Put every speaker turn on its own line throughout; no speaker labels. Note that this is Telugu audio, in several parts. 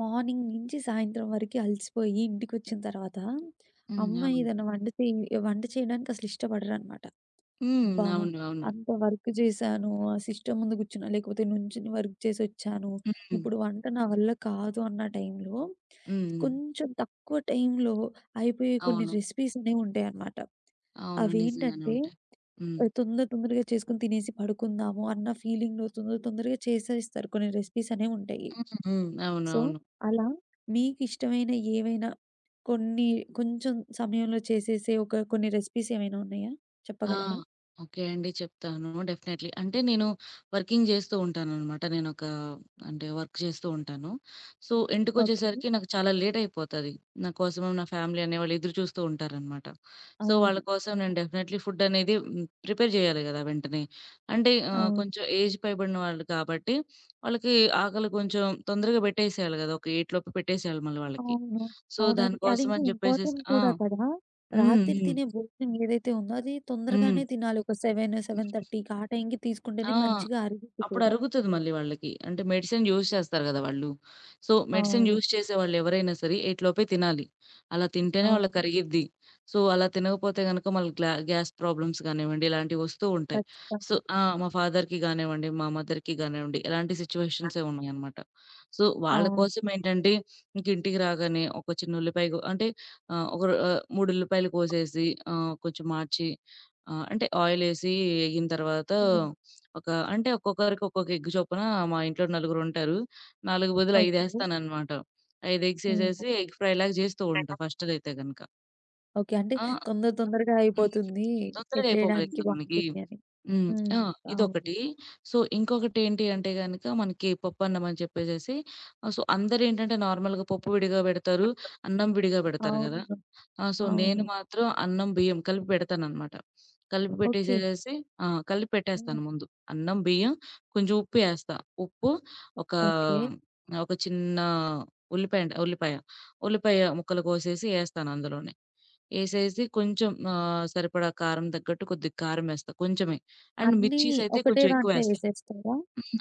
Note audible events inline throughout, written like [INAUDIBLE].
మార్నింగ్ నుంచి సాయంత్రం వరకు అలసిపోయి ఇంటికొచ్చిన తర్వాత,
హ్మ్.
అమ్మ
అవును.
ఏదైనా వంట చేయి వంట చేయడానికి అసలు ఇష్టపడరనమాట.
హ్మ్.
అబ్బా!
అవును. అవును.
అంత వర్క్ చేశాను, ఆ సిస్టమ్ ముందు కూర్చున్నా, లేకపోతే నుంచుని వర్క్ చేసొచ్చాను.
హ్మ్.
ఇప్పుడు వంట నా వల్ల కాదు అన్న టైంలో,
హ్మ్. హ్మ్.
కొంచెం తక్కువ టైంలో అయిపోయే కొన్ని
అవును.
రెసిపీస్ అనేవి ఉంటాయన్నమాట.
అవును. నిజంగానే
అవేంటంటే
ఉంటాయి. హ్మ్.
తొందర తొందరగా చేసుకొని తినేసి పడుకుందాము అన్న ఫీలింగ్‌లో తొందర తొందరగా చేసేస్తారు కొన్ని రెసిపీస్ అనేవి ఉంటాయి.
హ్మ్.
సో,
అవునవును.
అలా మీకిష్టమైన ఏవైనా కొన్ని కొంచెం సమయంలో చేసేసే ఒక కొన్ని రెసిపీస్ ఏమైనా ఉన్నాయా?
ఆ!
చెప్పగలరా?
ఓకే అండి. చెప్తాను డెఫినైట్‌లీ. అంటే నేను వర్కింగ్ జేస్తూ ఉంటాననమాట. నేనొక అంటే వర్క్ చేస్తూ ఉంటాను. So,
okay.
ఇంటికొచ్చేసరికి నాకు చాలా లేట్ అయిపోతది. నా కోసం నా ఫ్యామిలీ అనేవాళ్ళు ఎదురు చూస్తూ ఉంటారనమాట. సో, వాళ్ళ
అవును.
కోసం నేను డెఫినైట్‌లీ ఫుడ్ అనేది ప్రిపేర్ జేయాలి గదా! వెంటనే. అంటే
అవును.
కొంచెం ఏజ్ పైబడిన వాళ్ళు కాబట్టి వాళ్ళకి ఆకలి కొంచెం తొందరగా పెట్టేసేయాలి గదా! ఒక 8 లోపు పెట్టేసేయాలి మళ్ళీ వాళ్ళకి.
అవును.
సో,
అవును. అది అది
దానికోసం
ఇంకా
అని జెప్పేసేసి
ఇంపార్టెంట్
ఆ!
కూడా కదా!
హ్మ్.
రాత్రి
హ్మ్.
తినే భోజనం ఏదైతే ఉందో అది
హ్మ్.
తొందరగానే తినాలి. ఒక 7, 7:30కి ఆ టైంకి
ఆ!
తీసుకుంటేనే మంచిగా అరిగిద్ది
అప్పుడు
కూడా.
అరుగుతది మళ్ళీ వాళ్ళకి. అంటే మెడిసిన్ యూజ్ చేస్తారు గదా! వాళ్ళు. సో, మెడిసిన్
అవును.
యూజ్ చేసేవాళ్ళు ఎవరైనా సరే 8 లోపే తినాలి. అలా తింటేనే వాళ్ళకి
అవును.
కరిగిద్ది. సో, అలా తినకపోతే గనక మళ్ళీ గ్యాస్ ప్రాబ్లమ్స్ గానివ్వండి ఇలాంటివి వస్తూ ఉంటాయి. సో
ఖచ్చితంగా.
ఆ! మా ఫాదర్‌కి గానివ్వండి, మా మదర్‌కి గానివ్వండి ఇలాంటి
ఆ!
సిట్యుయేషన్సే ఉన్నాయన్నమాట. సో, వాళ్ళ
అవును.
కోసం ఏంటంటే ఇంక ఇంటికి రాగానే ఒక చిన్న ఉల్లిపాయ గో అంటే ఆహ్, ఒక రొ ఆహ్, 3 ఉల్లిపాయలు కోసేసి ఆహ్, కొంచెం మార్చి ఆహ్, అంటే ఆయిలేసి ఏగిన తర్వాత
హ్మ్.
ఒక అంటే ఒక్కొక్కరికి ఒక్కొక్క ఎగ్ చొప్పున మా ఇంట్లో నలుగురుంటారు. 4 బదులు 5
ఓకే.
ఏస్తాననమాట. 5 ఎగ్స్
హ్మ్.
ఏసేసి ఎగ్ ఫ్రై లాగా జేస్తూ ఉంటా ఫస్ట్‌దైతే గనక.
ఓకే. అంటే
ఆ!
తొందర తొందరగా
హ్మ్.
అయిపోతుంది.
తొందరగా అయిపోవాలి
పెట్టేయడానికి
కదా! మనకి.
బావుంటుంది అని.
హ్మ్.
హ్మ్.
ఆ!
అవును.
ఇదొకటి. సో, ఇంకొకటేంటి అంటే గనక మనకి పప్పన్నం అని చెప్పేసేసి సో, అందరేంటంటే నార్మల్‌గా పప్పు విడిగా బెడతారు, అన్నం విడిగా బెడతారు గదా!
అవును.
ఆ! సో, నేను
అవును.
మాత్రం అన్నం, బియ్యం కలిపి పెడతాననమాట. కలిపి
ఓకే.
పెట్టేసేసేసి ఆ! కలిపి
హ్మ్.
పెట్టేస్తాను ముందు. అన్నం, బియ్యం కొంచెం ఉప్పు ఏస్తా. ఉప్పు ఒక
ఓకే.
ఒక చిన్న ఉల్లిపాయ. ఉల్లిపాయ ముక్కలు కోసేసి ఏస్తాను అందులోనే. ఏసేసి కొంచెం సరిపడా కారం తగ్గట్టు కొద్దిగా కారం ఏస్తా కొంచెమే. అండ్
అన్నీ
మిర్చీస్ అయితే
ఒకటే
కొంచెం
దాంట్లో
ఎక్కువేస్తా.
ఏసేస్తారా?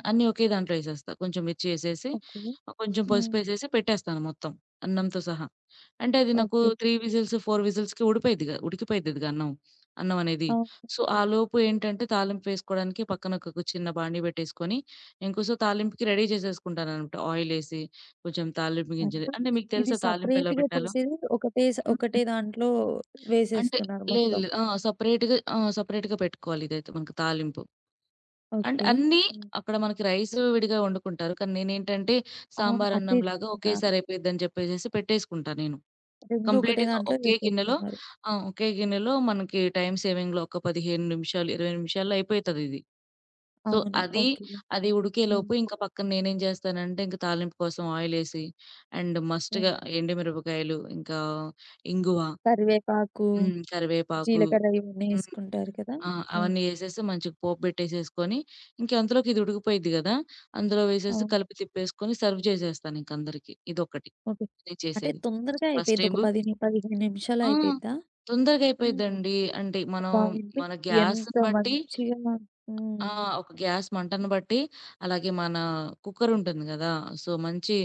అన్నీ ఒకే దాంట్లో ఏసేస్తా. కొంచెం మిర్చి ఏసేసి,
ఓకే.
కొంచెం
హ్మ్.
పసుపేసేసి పెట్టేస్తాను మొత్తం అన్నంతో సహా. అంటే అది నాకు
ఓకే.
3 విజిల్స్, 4 విజిల్స్‌కి ఉడికిపోయిద్దిగా అన్నం. అన్నం అనేది.
అవును.
సో, ఆలోపు ఏంటంటే తాలింపు వేసుకోవడానికి పక్కన ఒక చిన్న బాండీ పెట్టేసుకొని, ఇంకోసారి తాలింపుకి రెడీ చేసేసుకుంటాననమాట. ఆయిలేసి, కొంచెం తాలింపు గింజలు
అంటే
అంటే మీకు
ఇది
తెలుసా తాలింపు ఎలా
సెపరేట్‌గా
పెట్టాలో?
చేసేది
హ్మ్.
ఒకటే దాంట్లో
అంటే
వేసేస్తున్నారు
లేదు
మొత్తం.
లేదు. ఆ! సెపరేట్‌గా ఆ! సెపరేట్‌గా పెట్టుకోవాలి ఇదైతే మనకు తాలింపు. అంటే
ఓకే.
అన్నీ
హ్మ్.
అక్కడ మనకి రైస్ విడిగా వండుకుంటారు. కానీ నేనేంటంటే
ఆ!
సాంబార్
అదే
అన్నంలాగా
చెప్తున్నాను.
ఒకేసారి అయిపోయిద్దని చెప్పేసేసి పెట్టేసుకుంటా నేను.
2 ఒకటే
కంప్లీట్‌గా
దాంట్లో
ఒకే గిన్నెలో
వేసేస్తున్నారు.
ఆ! ఒకే గిన్నెలో మనకి టైమ్ సేవింగ్‌లో ఒక 15 నిమిషాలు, 20 నిమిషాల్లో అయిపోతదిది. సో,
అవును.
అది
ఓకే.
అది
హ్మ్.
ఉడికేలోపు ఇంకా పక్కన నేనేం జేస్తానంటే ఇంక తాలింపు కోసం ఆయిలేసి అండ్
హ్మ్.
మస్ట్‌గా ఎండుమిరపకాయలు, ఇంకా ఇంగువ,
కరివేపాకు
హ్మ్. కరివేపాకు
జీలకర్ర ఇవన్నీ
హ్మ్.
ఏసుకుంటారు కదా!
ఆ!
హ్మ్.
అవన్నీ ఏసేసి మంచిగా పోపు బెట్టేసేసుకొని, ఇంక అందులోకి ఇది ఉడికిపోయిద్ది గదా! అందులో వేసేసి
అవును.
కలిపి తిప్పేసుకొని సర్వ్ చేసేస్తానింక అందరికి. ఇదొకటి
ఓకే.
నేను
అంటే
చేసేది.
తొందరగా
ఫస్ట్
అయిపోయిద్ది. ఒక
టైము
10, 15 నిమిషాల్లో
ఆ!
అయిపోయిద్దా?
తొందరగా
హ్మ్.
అయిపోయిద్దండి. అంటే మనం
బావుంది.
మన
ఎంత
గ్యాస్‌ని బట్టి
మంచిగా హ్మ్.
ఆ! ఒక గ్యాస్ మంటను బట్టి, అలాగే మన కుక్కరుంటుంది గదా! సో, మంచి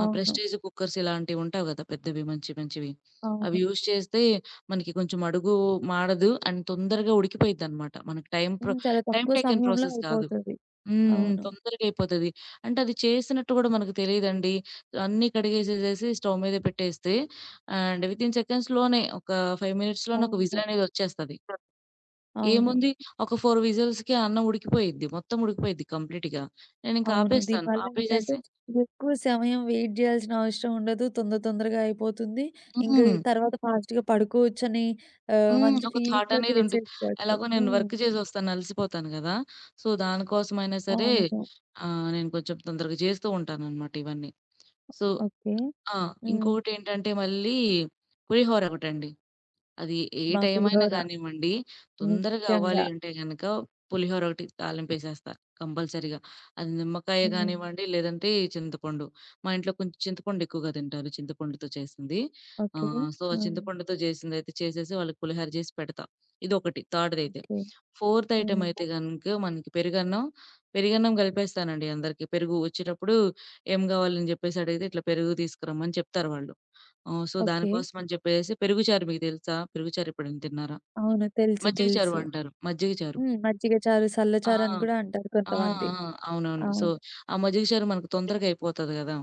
ప్రెస్టీజ్ కుక్కర్స్ ఇలాంటివుంటావు గదా! పెద్దవి మంచి మంచివి. అవి
అవును.
యూజ్ చేస్తే మనకి కొంచెం అడుగు మాడదు అండ్ తొందరగా ఉడికిపోయిద్దనమాట. మనకి టైమ్ ప్రొ
హ్మ్. చాలా
టైమ్
తక్కువ
టేకెన్
సమయంలో
ప్రాసెస్ కాదు.
అయిపోతది.
హ్మ్. హ్మ్.
అవును.
తొందరగా అయిపోతది. అంటే అది చేసినట్టు గూడా మనకు తెలీదండి. అన్నీ కడిగేసేసేసి స్టవ్ మీద పెట్టేస్తే అండ్ వితిన్ సెకండ్స్‌లోనే ఒక 5 మినిట్స్‌లోనే ఒక
అవును.
విజిలనేదొచ్చేస్తది.
అవును.
ఏముంది ఒక 4 విజిల్స్‌కి అన్నం ఉడికిపోయిద్ది. మొత్తం ఉడికిపోయిద్ది కంప్లీట్‌గా. నేనింక
అవును.
ఆపేస్తాను.
దీనివల్ల ఏంటంటే
ఆపేసేసి
ఎక్కువ సమయం వెయిట్ జేయాల్సిన అవసరం ఉండదు. తొందర తొందరగా అయిపోతుంది. ఇంక
హ్మ్.
తర్వాత ఫాస్ట్‌గా పడుకోవచ్చని
హ్మ్.
మంచి
ఒక థాట్
ఫీలింగ్‌లో
అనేదుంటుంది.
చేసేసుకోవచ్చు.
ఎలాగో నేను
హ్మ్.
వర్క్ చేసొస్తాను, అలసిపోతాను గదా! సో, దానికోసమైనా సరే
అవును.
నేను కొంచెం తొందరగా జేస్తూ ఉంటాననమాట ఇవన్నీ. So
okay.
ఆ!
హ్మ్.
ఇంకొకటేంటంటే మళ్ళీ పులిహోర ఒకటండి. అది ఏ
మా
టైమైనా
పులిహోర.
గానివ్వండి, తొందరగా
నిజంగా.
అవ్వాలి అంటే గనక పులిహోర ఒకటి తాలింపేసేస్తా కంపల్సరీగా. అది నిమ్మకాయ
హ్మ్.
గానివ్వండి, లేదంటే చింతపండు. మా ఇంట్లో కొంచెం చింతపండు ఎక్కువగా తింటారు చింతపండుతో చేసింది.
ఓకే.
సో, ఆ
హ్మ్.
చింతపండుతో చేసిందైతే చేసేసి వాళ్ళకి పులిహోర చేసి పెడతా. ఇదొకటి థర్డ్‌దైతే.
ఓకే.
ఫోర్త్ ఐటెమ్
హ్మ్.
అయితే గనుక మనకి పెరుగన్నం. పెరుగన్నం కలిపేస్తానండి అందరికి. పెరుగు వచ్చేటప్పుడు ఏం గావాలని జెప్పేసి అడిగితే ఇట్లా పెరుగు తీసుకురమ్మని చెప్తారు వాళ్ళు. ఓహ్! So,
okay.
దానికోసం అని చెప్పేసి పెరుగుచారు మీకు తెలుసా? పెరుగుచారు ఎప్పుడైనా తిన్నారా?
అవును. తెలుసు.
మజ్జిగ చారు
తెలుసు.
అంటారు. మజ్జిగ చారు.
హ్మ్. మజ్జిగ చారు, సల్ల చారని
ఆ!
కూడా అంటారు
ఆ!
కొంతమంది.
ఆ! అవునవును. సో,
అవును.
ఆ మజ్జిగ చారు మనకు తొందరగా అయిపోతది గదా!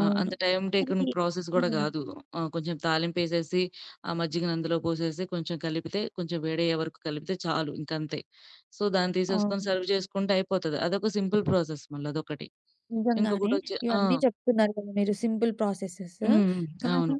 ఆ! అంత టైమ్ టేకింగ్
మనకి
ప్రాసెస్ గూడా
హ్మ్.
గాదు. ఆ! కొంచెం తాలింపేసేసి, ఆ మజ్జిగని అందులో పోసేసి, కొంచెం కలిపితే, కొంచెం వేడయ్యే వరకు కలిపితే చాలు ఇంకంతే. సో, దాన్ని తీసేసుకొని
అవును.
సర్వ్ చేసుకుంటే అయిపోతది. అదొక సింపుల్ ప్రాసెస్ మళ్ళీ అదొకటి.
నిజంగానే.
ఇంకొకటొచ్చి ఆ!
ఇవన్నీ చెప్తున్నారు కదా మీరు సింపుల్ ప్రాసెసెస్.
హ్మ్. హ్మ్. అవును.
కానీ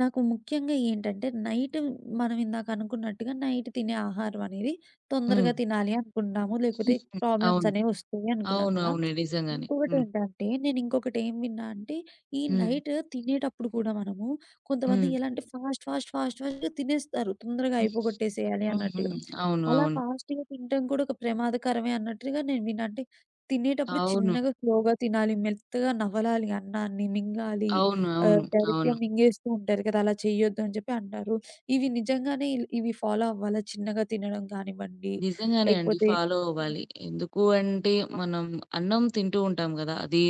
నాకు ముఖ్యంగా ఏంటంటే నైట్ మనం ఇందాక అనుకున్నట్టుగా నైట్ తినే ఆహారం అనేది తొందరగా
హ్మ్.
తినాలి అనుకున్నాము. లేకపోతే ప్రాబ్లమ్స్
అవును.
అనేవి వస్తాయి అనుకున్నాం
అవును.
కదా!
అవును. నిజంగానే. హ్మ్.
ఇంకొకటేంటంటే, నేనింకొకటేం విన్నా అంటే, ఈ
హ్మ్.
నైట్ తినేటప్పుడు కూడా మనము కొంతమంది
హ్మ్.
ఎలా అంటే ఫాస్ట్, ఫాస్ట్, ఫాస్ట్, ఫాస్ట్‌గా తినేస్తారు. తొందరగా
హ్మ్.
అయిపోగొట్టేసేయాలి
హ్మ్.
అన్నట్టుగా.
హ్మ్. అవును.
అలా
అవును.
ఫాస్ట్‌గా తినటం కూడా ఒక ప్రమాదకరమే అన్నట్టుగా నేను విన్నా. అంటే తినేటప్పుడు
అవును.
చిన్నగా స్లోగా తినాలి, మెత్తగా నవలాలి అన్నాన్ని, మింగాలి.
అవును. అవును.
డైరెక్ట్‌గా
అవును.
మింగేస్తూ ఉంటారు కదా! అలా చేయొద్దు అని చెప్పి అంటారు. ఇవి నిజంగానే ఇవి ఫాలో అవ్వాలా? చిన్నగా తినడం కానివ్వండి,
నిజంగానే అండి.
లేకపోతే
ఫాలో
హ్మ్.
అవ్వాలి. ఎందుకు అంటే మనం అన్నం తింటూ ఉంటాం గదా! అది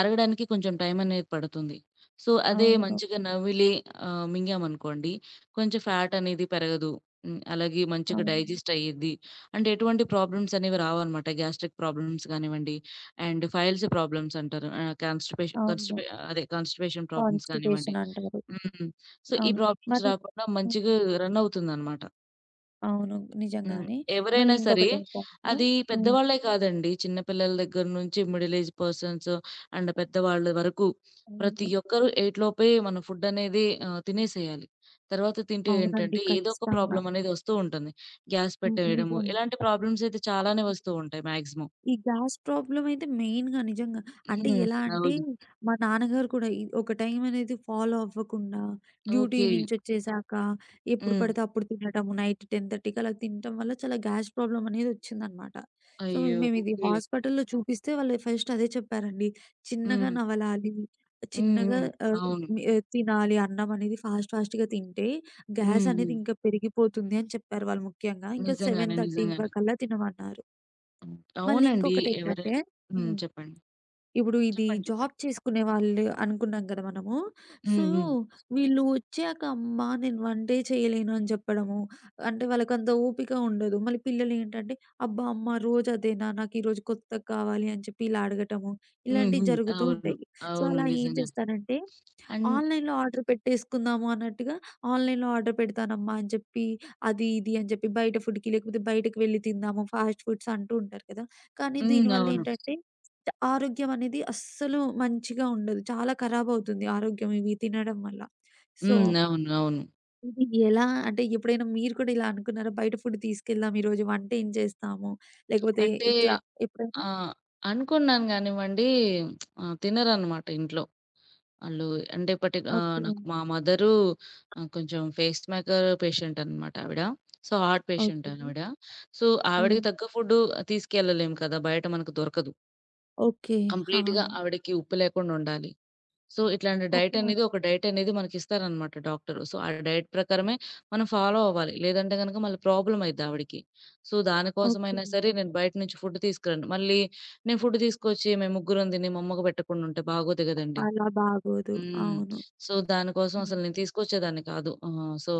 అరగడానికి కొంచెం టైం అనేది పడుతుంది. సో, అదే
అవును.
మంచిగా నమిలి మింగామనుకోండి కొంచెం ఫ్యాట్ అనేది పెరగదు. హ్మ్. అలాగే మంచిగా
అవును.
డైజెస్ట్ అయ్యిద్ది. అంటే ఎటువంటి ప్రాబ్లమ్స్ అనేవి రావన్నమాట. గ్యాస్ట్రిక్ ప్రాబ్లమ్స్ గానివ్వండి అండ్ ఫైల్స్ ప్రాబ్లమ్స్ అంటారు. ఆహ్, కాన్‌స్టిపేషన్
అవును.
కన్‌స్టిపే అదే కాన్‌స్టిపేషన్ ప్రాబ్లమ్స్ కానివ్వండి.
కాన్స్టిపేషన్ అంటారు.
హ్మ్. సో, ఈ
అవును.
ప్రాబ్లమ్స్
మరి
రాకుండా
హ్మ్.
మంచిగా రన్ అవుతుందనమాట.
అవును.
హ్మ్.
నిజంగానే. మళ్ళీ
ఎవరైనా సరే
ఇంకొకటేంటంటే
అది
హ్మ్.
పెద్దవాళ్ళే కాదండి. చిన్న పిల్లల దగ్గర నుంచి మిడిల్ ఏజ్ పర్సన్స్ అండ్ పెద్దవాళ్ళ వరకు ప్రతి
అవును.
ఒక్కరు 8 లోపే మనం ఫుడ్ అనేది తినేసేయాలి. తర్వాత తింటే
అవునండి.
ఏంటంటే ఏదో ఒక
ఖచ్చితంగా.
ప్రాబ్లమ్ అనేది వస్తూ ఉంటుంది. గ్యాస్
హ్మ్.
పెట్టేయడము
నిజంగా.
ఇలాంటి ప్రాబ్లమ్స్ అయితే చాలానే వస్తూ ఉంటాయి మాక్సిమం.
ఈ గ్యాస్ ప్రాబ్లమ్ అయితే మెయిన్‌గా నిజంగా. అంటే
హ్మ్.
ఎలా అంటే,
అవును.
మా నాన్నగారు కూడా ఒక టైం అనేది ఫాలో అవ్వకుండా, డ్యూటీ
ఓకే.
నుంచొచ్చేసాక ఎప్పుడు
హ్మ్.
పడితే అప్పుడు తినటము, నైట్ 10:30కి అలా తినటం వల్ల చాలా గ్యాస్ ప్రాబ్లమ్ అనేదొచ్చిందనమాట. సో,
అయ్యో!
మేము ఇది
ఓకే.
హాస్పిటల్‌లో చూపిస్తే వాళ్ళు ఫస్ట్ అదే చెప్పారండి. చిన్నగా
హ్మ్.
నవలాలి,
హ్మ్.
చిన్నగా
హ్మ్.
ఆహ్,
అవును.
తినాలి అన్నం అనేది ఫాస్ట్ ఫాస్ట్‌గా తింటే గ్యాస్
హ్మ్.
అనేది
హ్మ్.
ఇంకా పెరిగిపోతుంది అని చెప్పారు వాళ్ళు ముఖ్యంగా. ఇంకా
నిజంగానే.
7:30
నిజంగానే.
వరకల్లా తినమన్నారు.
హ్మ్.
మళ్ళీ
అవునండి. ఎవరై
ఇంకొకటేంటంటే
హ్మ్.
హ్మ్.
చెప్పండి.
ఇప్పుడు ఇది
చెప్పండి.
జాబ్
చెప్పండి.
చేసుకునే వాళ్ళు అనుకున్నాం కదా! మనము. సో,
హ్మ్. హ్మ్.
వీళ్ళు వచ్చాక అమ్మా! నేను వంటే చేయలేను అని చెప్పడము. అంటే వాళ్ళకంత ఓపిక ఉండదు. మళ్ళీ పిల్లలేంటంటే, అబ్బా! అమ్మ రోజు అదేనా? నాకు ఈరోజు కొత్తది కావాలి అని చెప్పి ఇలా అడగటము.
హ్మ్.
ఇలాంటివి
హ్మ్.
జరుగుతూ
అవును.
ఉంటాయి. సో,
అవును.
అలా ఏం
నిజంగానే.
చేస్తానంటే
అండ్
ఆన్‌లైన్‌లో ఆర్డర్ పెట్టేసుకుందాము అన్నట్టుగా, ఆన్‌లైన్‌లో ఆర్డర్ పెడతానమ్మా అని చెప్పి, అది ఇది అని చెప్పి బయట ఫుడ్‌కి లేకపోతే బయటకి వెళ్లి తిందాము ఫాస్ట్ ఫుడ్స్ అంటూ ఉంటారు కదా! కానీ
హ్మ్.
దీనివల్ల
అవును.
ఏంటంటే ఆరోగ్యం అనేది అస్సలు మంచిగా ఉండదు. చాలా ఖరాబ్ అవుతుంది ఆరోగ్యం ఇవి తినడం వల్ల. సో,
హ్మ్. అవును. అవును.
ఇది ఎలా అంటే ఎప్పుడైనా మీరు కూడా ఇలా అనుకున్నారా? బయట ఫుడ్ తీసుకెళ్దాం ఈరోజు వంట ఏం చేస్తాము? లేకపోతే
అంటే
ఇట్లా ఎప్పుడైనా?
ఆ! అనుకున్నాను గానివ్వండి ఆ! తినరనమాట ఇంట్లో. ఆళ్ళు
ఓకే.
నాకు మా మదరు కొంచెం ఫేస్ మేకర్ పేషెంట్ అనమాట ఆవిడ. So, heart patient
okay.
ఆవిడ. సో,
హ్మ్.
ఆవిడకి తగ్గ ఫుడ్డు తీసుకెళ్ళలేం కదా! బయట మనకు దొరకదు.
ఓకే. ఆ!
కంప్లీట్‌గా ఆవిడకి ఉప్పు లేకుండా ఉండాలి. సో, ఇట్లాంటి డైట్
ఓకే.
అనేది ఒక డైట్ అనేది మనకిస్తారనమాట డాక్టరు. సో, ఆ డైట్ ప్రకారమే మనం ఫాలో అవ్వాలి. లేదంటే గనక మళ్ళీ ప్రాబ్లమ్ అయిద్ది ఆవిడకి. So,
okay.
దానికోసమైనా సరే నేను బయట నుంచి ఫుడ్ తీసుకురాను. మళ్ళీ నేను ఫుడ్ తీసుకొచ్చి మేము ముగ్గురం తిని మా అమ్మకు పెట్టకుండుంటే బాగోదు గదండీ!
అలా బాగోదు.
హ్మ్.
అవును.
సో, దానికోసం
హ్మ్.
అసలు నేను తీసుకొచ్చేదాన్ని కాదు. సో,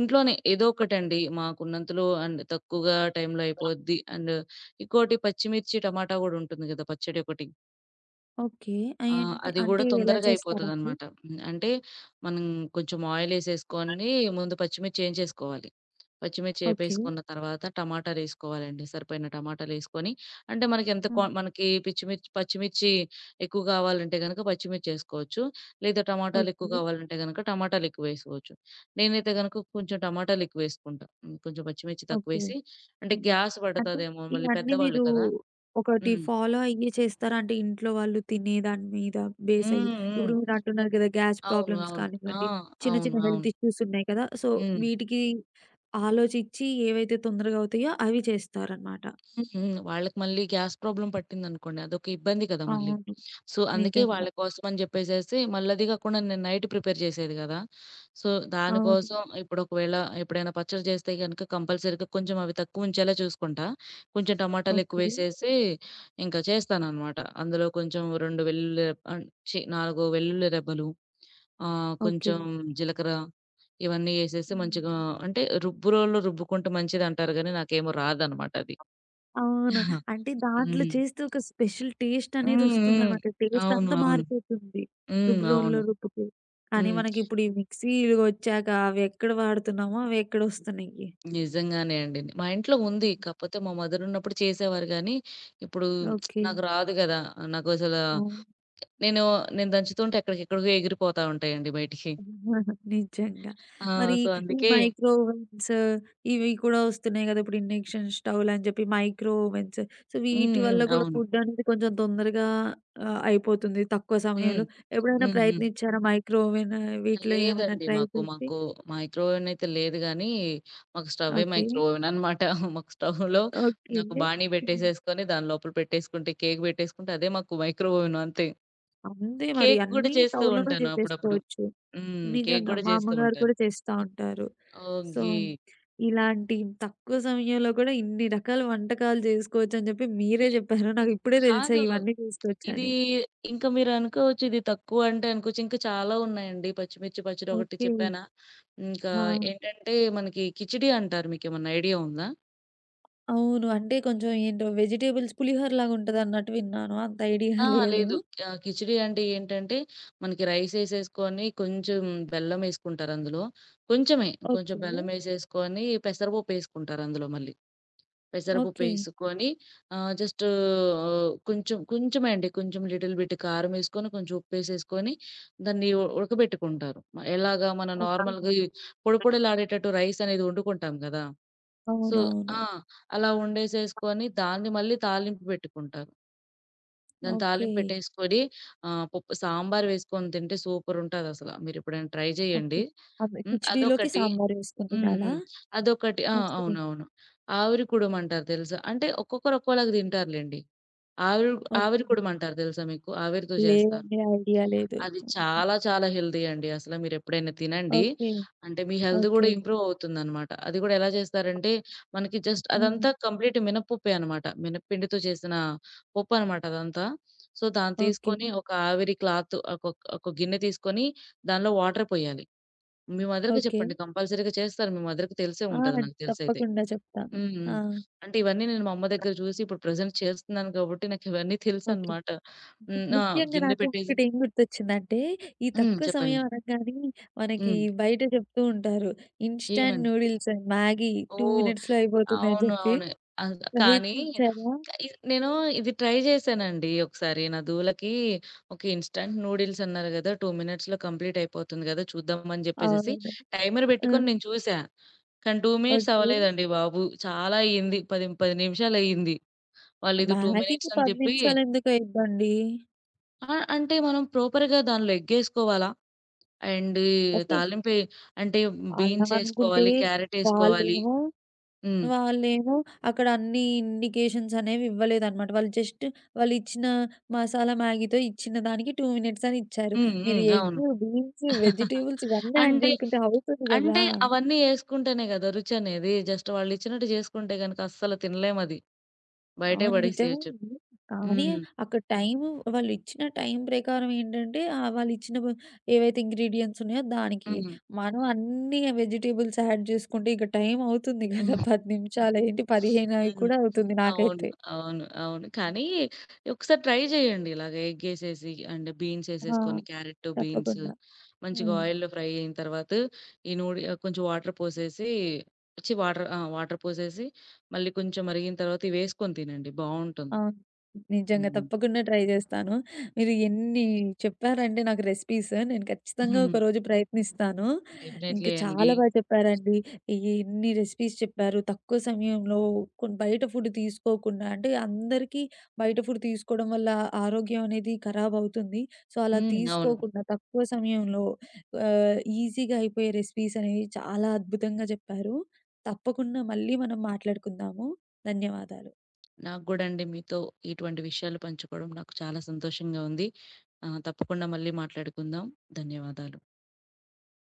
ఇంట్లోనే ఏదో ఒకటండి మాకున్నంతలో అండ్ తక్కువగా టైంలో
ఆ!
అయిపోద్ది. అండ్ ఇంకోటి పచ్చిమిర్చి, టమాటా గూడా ఉంటుంది గదా! పచ్చడి ఒకటి.
ఓకే.
ఆ!
ఏంటి
అది
అంటే
గూడా
ఎలా
తొందరగా
చేస్తారండి?
అయిపోతదనమాట. హ్మ్. అంటే మనం కొంచెం
అ
ఆయిలేసేసుకొని ముందు పచ్చిమిర్చి ఏంచేసుకోవాలి. పచ్చిమిర్చి
ఓకే.
ఏపేసుకున్న తర్వాత టమాటాలేసుకోవాలండి. సరిపోయిన టమాటాలేసుకొని అంటే మనకెంత క్వా
హ్మ్.
మనకి పచ్చిమిర్చి ఎక్కువ కావాలంటే గనక పచ్చిమిర్చేసుకోవచ్చు. లేదా టమాటాలెక్కువ
ఓకే.
కావాలంటే గనక టమాటాలెక్కువేసుకోవచ్చు. నేనైతే గనక కొంచెం టమాటాలెక్కువేసుకుంటా. హ్మ్. కొంచెం పచ్చిమిర్చి
ఓకే.
తక్కువేసి అంటే
హ్మ్.
గ్యాస్
అంటే
పడతదేమో మళ్ళీ
ఇవన్నీ
పెద్దవాళ్ళు
మీరు
కదా!
ఒకటి
హ్మ్.
ఫాలో అయ్యి చేస్తారా? అంటే ఇంట్లో వాళ్ళు తినే దాని మీద బేస్ అయ్యి.
హ్మ్.
ఇప్పుడు
హ్మ్.
మీరు అంటున్నారు కదా! గ్యాస్
అవును.
ప్రాబ్లమ్స్
అవును. ఆ!
కానివ్వండి, చిన్న
అవును.
చిన్న
అవును.
హెల్త్ ఇష్యూస్ ఉన్నాయి కదా! సో,
హ్మ్.
వీటికి ఆలోచించి ఏవైతే తొందరగా అవుతాయో అవి చేస్తారనమాట.
హ్మ్. హ్మ్. వాళ్ళకి మళ్ళీ గ్యాస్ ప్రాబ్లమ్ పట్టిందనుకోండి అదొక ఇబ్బంది కదా! మళ్ళీ.
అవును.
సో, అందుకే
నిజంగా.
వాళ్ళ కోసం అని జెప్పేసేసి మళ్ళీ అది కాకుండా నేను నైట్ ప్రిపేర్ చేసేది గదా! సో,
అవును.
దానికోసం ఇప్పుడు ఒకవేళ ఎప్పుడైనా పచ్చడి చేస్తే గనుక కంపల్సరీగా కొంచెం అవి తక్కువుంచేలా చూసుకుంటా. కొంచెం టమాటాలు
ఓకే.
ఎక్కువేసేసి ఇంకా చేస్తాననమాట. అందులో కొంచెం 2 వెల్లుల్లి రెబ్ ఆహ్, ఛీ 4 వెల్లుల్లి రెబ్బలు,
ఓకే.
కొంచెం జీలకర్ర ఇవన్నీ ఏసేసి మంచిగా
హ్మ్.
అంటే రుబ్బురోల్లో రుబ్బుకుంటే మంచిదంటారు గానీ, నాకేమో రాదనమాట అది.
అవును.
[LAUGHS]
అంటే దాంట్లో
హ్మ్.
చేస్తే ఒక స్పెషల్ టేస్ట్
హ్మ్. హ్మ్.
అనేదొస్తుందనమాట. టేస్ట్
అవును.
అంతా
అవును.
మారిపోతుంది.
హ్మ్.
రుబ్బురోల్లో
అవును.
రుబ్బితే. కానీ
హ్మ్.
మనకిప్పుడు ఈ మిక్సీలు ఒచ్చాక అవెక్కడ వాడుతున్నామో అవెక్కడొస్తున్నాయి.
నిజంగానే అండి. మా ఇంట్లో ఉంది.
హ్మ్.
కాకపోతే మా మదర్ ఉన్నప్పుడు చేసేవారు గానీ, ఇప్పుడు
ఓకే.
నాకు రాదు గదా! నాకు అసలు
ఆ!
నేను నేను దంచుతుంటే ఎక్కడికెక్కడికో ఎగిరిపోతా ఉంటాయండి బయటికి.
నిజంగా.
ఆ!
మరి
సో,
ఈ
అందుకే
మైక్రో ఓవెన్స్ ఇవి కూడా వస్తున్నాయి కదా! ఇప్పుడు ఇండక్షన్ స్టవ్‌లని చెప్పి మైక్రో ఓవెన్స్. సో,
హ్మ్.
వీటి
హ్మ్.
వల్ల కూడా
అవును.
ఫుడ్ అనేది కొంచెం తొందరగా అయిపోతుంది తక్కువ
హ్మ్.
సమయంలో. ఎప్పుడైనా
హ్మ్. హ్మ్.
ప్రయత్నించారా మైక్రో ఓవెన్ వీటిలో ఏమన్నా
లేదండి.
ట్రై
మాకు,
చేసి?
మాకు మైక్రో‌వెవ్‌న్ అయితే లేదు గానీ, మాకు స్టవ్వే
ఓకే.
మైక్రో‌వెవ్‌న్ అనమాట. [LAUGHS] మాకు స్టవ్‌లో
ఓకే.
నాకు బాణీ
హ్మ్.
పెట్టేసేసుకొని, దాని లోపల పెట్టేసుకుంటే, కేక్ పెట్టేసుకుంటే, అదే మాకు మైక్రో‌వెవ్‌న్ అంతే.
అంతే మరి
కేక్ గూడా
అన్నీ
చేస్తూ
స్టవ్‌లోనే
ఉంటాను అప్పుడప్పుడు.
చేసేసుకోవచ్చు.
హ్మ్. కేక్
నిజంగా.
గూడా
మా
చేస్తూ
అమ్మగారు
ఉంటాను.
కూడా చేస్తా ఉంటారు. So,
okay.
ఇలాంటి తక్కువ సమయంలో కూడా ఇన్ని రకాల వంటకాలు జేసుకోవచ్చని జెప్పి
మీ
మీరే జెప్పారు. నాకిప్పుడే
కాదు.
తెలిసాయి ఇవన్నీ
ఇది
జేసుకోవచ్చని.
ఇంకా మీరనుకోవచ్చు ఇది తక్కువ అంటే అనుకోవచ్చు. ఇంకా చాలా ఉన్నాయండి. పచ్చిమిర్చి పచ్చడి ఒకటి
ఓకే.
చెప్పానా? ఇంకా
ఆ!
ఏంటంటే, మనకి కిచిడి అంటారు. మీకేమన్నా ఐడియా ఉందా?
అవును. అంటే కొంచెం ఏంటో వెజిటబుల్స్ పులిహోర లాగా ఉంటదన్నట్టు విన్నాను. అంత ఐడియా
ఆ!
లేదు.
లేదు. కిచిడి అంటే ఏంటంటే, మనకి రైస్ ఏసేసుకొని కొంచెం బెల్లం ఏసుకుంటారందులో. కొంచెమే, కొంచెం
ఓకే.
బెల్లం ఏసేసుకొని పెసరపప్పు ఏసుకుంటారందులో మళ్ళీ. పెసరపప్పు
ఓకే.
ఏసుకొని ఆహ్, జస్ట్ కొంచెం కొంచెమే అండి. కొంచెం లిటిల్ బిట్ కారం ఏసుకొని, కొంచెం ఉప్పేసేసుకొని దాన్ని ఉడకబెట్టుకుంటారు. ఎలాగా మనం
ఓకే.
నార్మల్‌గా ఈ పొడి పొడిలాడేటట్టు రైస్ అనేది వండుకుంటాం గదా! సో
అవునవును.
ఆ! అలా వండేసేసుకొని దాన్ని మళ్ళీ తాలింపు పెట్టుకుంటారు. దాని
ఓకే.
తాలింపు పెట్టేసుకొని పప్పు సాంబార్ వేసుకొని తింటే సూపరుంటదసల. మీరెప్పుడైనా ట్రై
ఓకే.
జేయండి.
అదే
హ్మ్.
కిచిడీలోకి
అదొకటి.
సాంబార్
హ్మ్.
వేసుకుంటున్నారా?
హ్మ్. అదొకటి. ఆ!
ఓకే.
అవునవును. ఆవిరి కుడుమంటారు తెలుసా? అంటే ఒక్కొక్కరు ఒక్కోలాగా తింటారులెండి. ఆవిరి ఆవిరి
ఓకే.
కుడుమంటారు తెలుసా మీకు? ఆవిరితో జేస్తారు.
లేదండి. ఐడియా లేదు.
అది
హుహు.
చాలా చాలా హెల్తీ అండి. అసల మీరెప్పుడైనా తినండి.
ఓకే.
అంటే మీ హెల్త్
ఓకే.
గూడా ఇంప్రూవ్ అవుతుందనమాట. అది గూడా ఎలా చేస్తారంటే, మనకి జస్ట్
హ్మ్.
అదంతా కంప్లీట్ మినపప్పే అనమాట. మినప్పిండితో చేసిన పప్పనమాట అదంతా. సో, దాన్ని
ఓకే.
తీసుకొని ఒక ఆవిరి క్లాత్ ఒక ఒక గిన్నె తీసుకొని దానిలో వాటర్ పొయ్యాలి. మీ మదర్‌కి
ఓకే.
చెప్పండి కంపల్సరీగా చేస్తారు. మీ మదర్‌కి తెలిసే
ఆ!
ఉంటది నాకు తెలిసైతే.
తప్పకుండా చెప్తాను.
హ్మ్. హ్మ్.
ఆ!
అంటే ఇవన్నీ నేను మా అమ్మ దగ్గర చూసి ఇప్పుడు ప్రెజెంట్ చేస్తున్నాను కాబట్టి నాకివన్నీ
ఓకే.
తెలుసనమాట. హ్మ్. ఆ!
ముఖ్యంగా
గిన్నె
నాకు
పెట్టేసి
ఒకటేం గుర్తొచ్చిందంటే, ఈ
హ్మ్.
తక్కువ సమయం
చెప్పండి.
అనంగానే మనకి
హ్మ్.
బయట చెప్తూ ఉంటారు. ఇన్‌స్టాంట్
ఏమని?
నూడిల్స్ అండ్ మ్యాగీ 2
ఓహ్!
మినిట్స్‌లో అయిపోతుంది అని
అవును.
చెప్పి.
అవును. అస కానీ
ప్రయత్నించారా?
నేను ఇది ట్రై జేశానండి ఒకసారి. నదూలకి ఒక ఇన్‌స్టంట్ నూడిల్స్ అన్నారు గదా! 2 మినిట్స్‌లో కంప్లీట్ అయిపోతుంది గదా! చూద్దాం అని జెప్పేసేసి
అవును.
టైమర్
ఆ!
బెట్టుకొని నేను చూసా. కానీ 2 మినిట్స్
ఓకే.
అవ్వలేదండి బాబు. చాలా అయ్యింది. 10, 10 నిమిషాలయ్యింది. వాళ్ళేదో 2
మ్యాగీకి
మినిట్స్ అని
10
జెప్పి
నిమిషాలెందుకు అయిద్దండి?
ఆ! అంటే మనం ప్రాపర్‌గా దానిలో ఎగ్గేసుకోవాలా? And
okay.
తాలింపే అంటే
అలా
బీన్స్
అనుకుంటే
ఏసుకోవాలి, క్యారటేసుకోవాలి.
వాళ్ళేమో
హ్మ్.
వాళ్ళేమో అక్కడ అన్ని ఇండికేషన్స్ అనేవి ఇవ్వలేదనమాట. వాళ్ళు జస్ట్ వాళ్ళిచ్చిన మసాలా మ్యాగీతో ఇచ్చిన దానికి 2 మినిట్స్ అని ఇచ్చారు.
హ్మ్.
మీరు
హ్మ్. అవును.
ఎగ్గు, బీన్స్, వెజిటబుల్స్ ఇవన్నీ యాడ్
అంటే,
చేసుకుంటే అవుతుంది గదా!
అంటే అవన్నీ యేసుకుంటేనే గదా! రుచనేది. జస్ట్ వాళ్ళిచ్చినట్టు జేసుకుంటే గనక అస్సలు తినలేమది. బయటే
అవును. నిజమే
పడేసేయొచ్చు.
అండి. కానీ
హ్మ్.
అక్కడ టైము వాళ్ళు ఇచ్చిన టైం ప్రకారం ఏంటంటే వాళ్ళిచ్చిన వ ఏవైతే ఇంగ్రీడియెంట్స్ ఉన్నాయో దానికి.
హ్మ్.
మనం అన్ని వెజిటబుల్స్ యాడ్ చేసుకుంటే ఇక టైం అవుతుంది గదా!
హ్మ్.
10 నిమిషాలేంటి 15
హ్మ్.
కూడా అవుతుంది
అవును.
నాకైతే.
అవును. అవును. కానీ ఒకసారి ట్రై జేయండి. ఇలాగ ఎగ్గేసేసి అండ్ బీన్స్
ఆ!
యేసేసుకొని క్యారెట్, బీన్స్
తప్పకుండా.
మంచిగా
హ్మ్.
ఆయిల్‌లో ఫ్రై అయిన తర్వాత కొంచెం వాటర్ పోసేసి ఛీ! వాటర్ ఆ! వాటర్ పోసేసి మళ్ళీ కొంచెం మరిగిన తర్వాత ఇవేసుకొని తినండి బావుంటుంది.
అవును. నిజంగా.
హ్మ్.
తప్పకుండా ట్రై జేస్తాను. మీరు ఎన్ని చెప్పారంటే నాకు రెసిపీస్ నేను ఖచ్చితంగా
హ్మ్.
ఒకరోజు ప్రయత్నిస్తాను. ఇంకా
డెఫినైట్‌లీ అండి.
చాలా బా చెప్పారండి. ఈ ఎన్ని రెసిపీస్ చెప్పారు. తక్కువ సమయంలో కొన్ బయట ఫుడ్ తీసుకోకుండా అంటే అందరికీ బయట ఫుడ్ తీసుకోవడం వల్ల ఆరోగ్యం అనేది ఖరాబవుతుంది. సో, అలా
హ్మ్. అవును.
తీసుకోకుండా తక్కువ సమయంలో ఈజీగా అయిపోయే రెసిపీస్ అనేవి చాలా అద్భుతంగా జెప్పారు. తప్పకుండా మళ్ళీ మనం మాట్లాడుకుందాము. ధన్యవాదాలు.
నాకు గూడా అండి మీతో ఇటువంటి విషయాలు పంచుకోవడం నాకు చాలా సంతోషంగా ఉంది. తప్పకుండా మళ్ళీ మాట్లాడుకుందాం. ధన్యవాదాలు.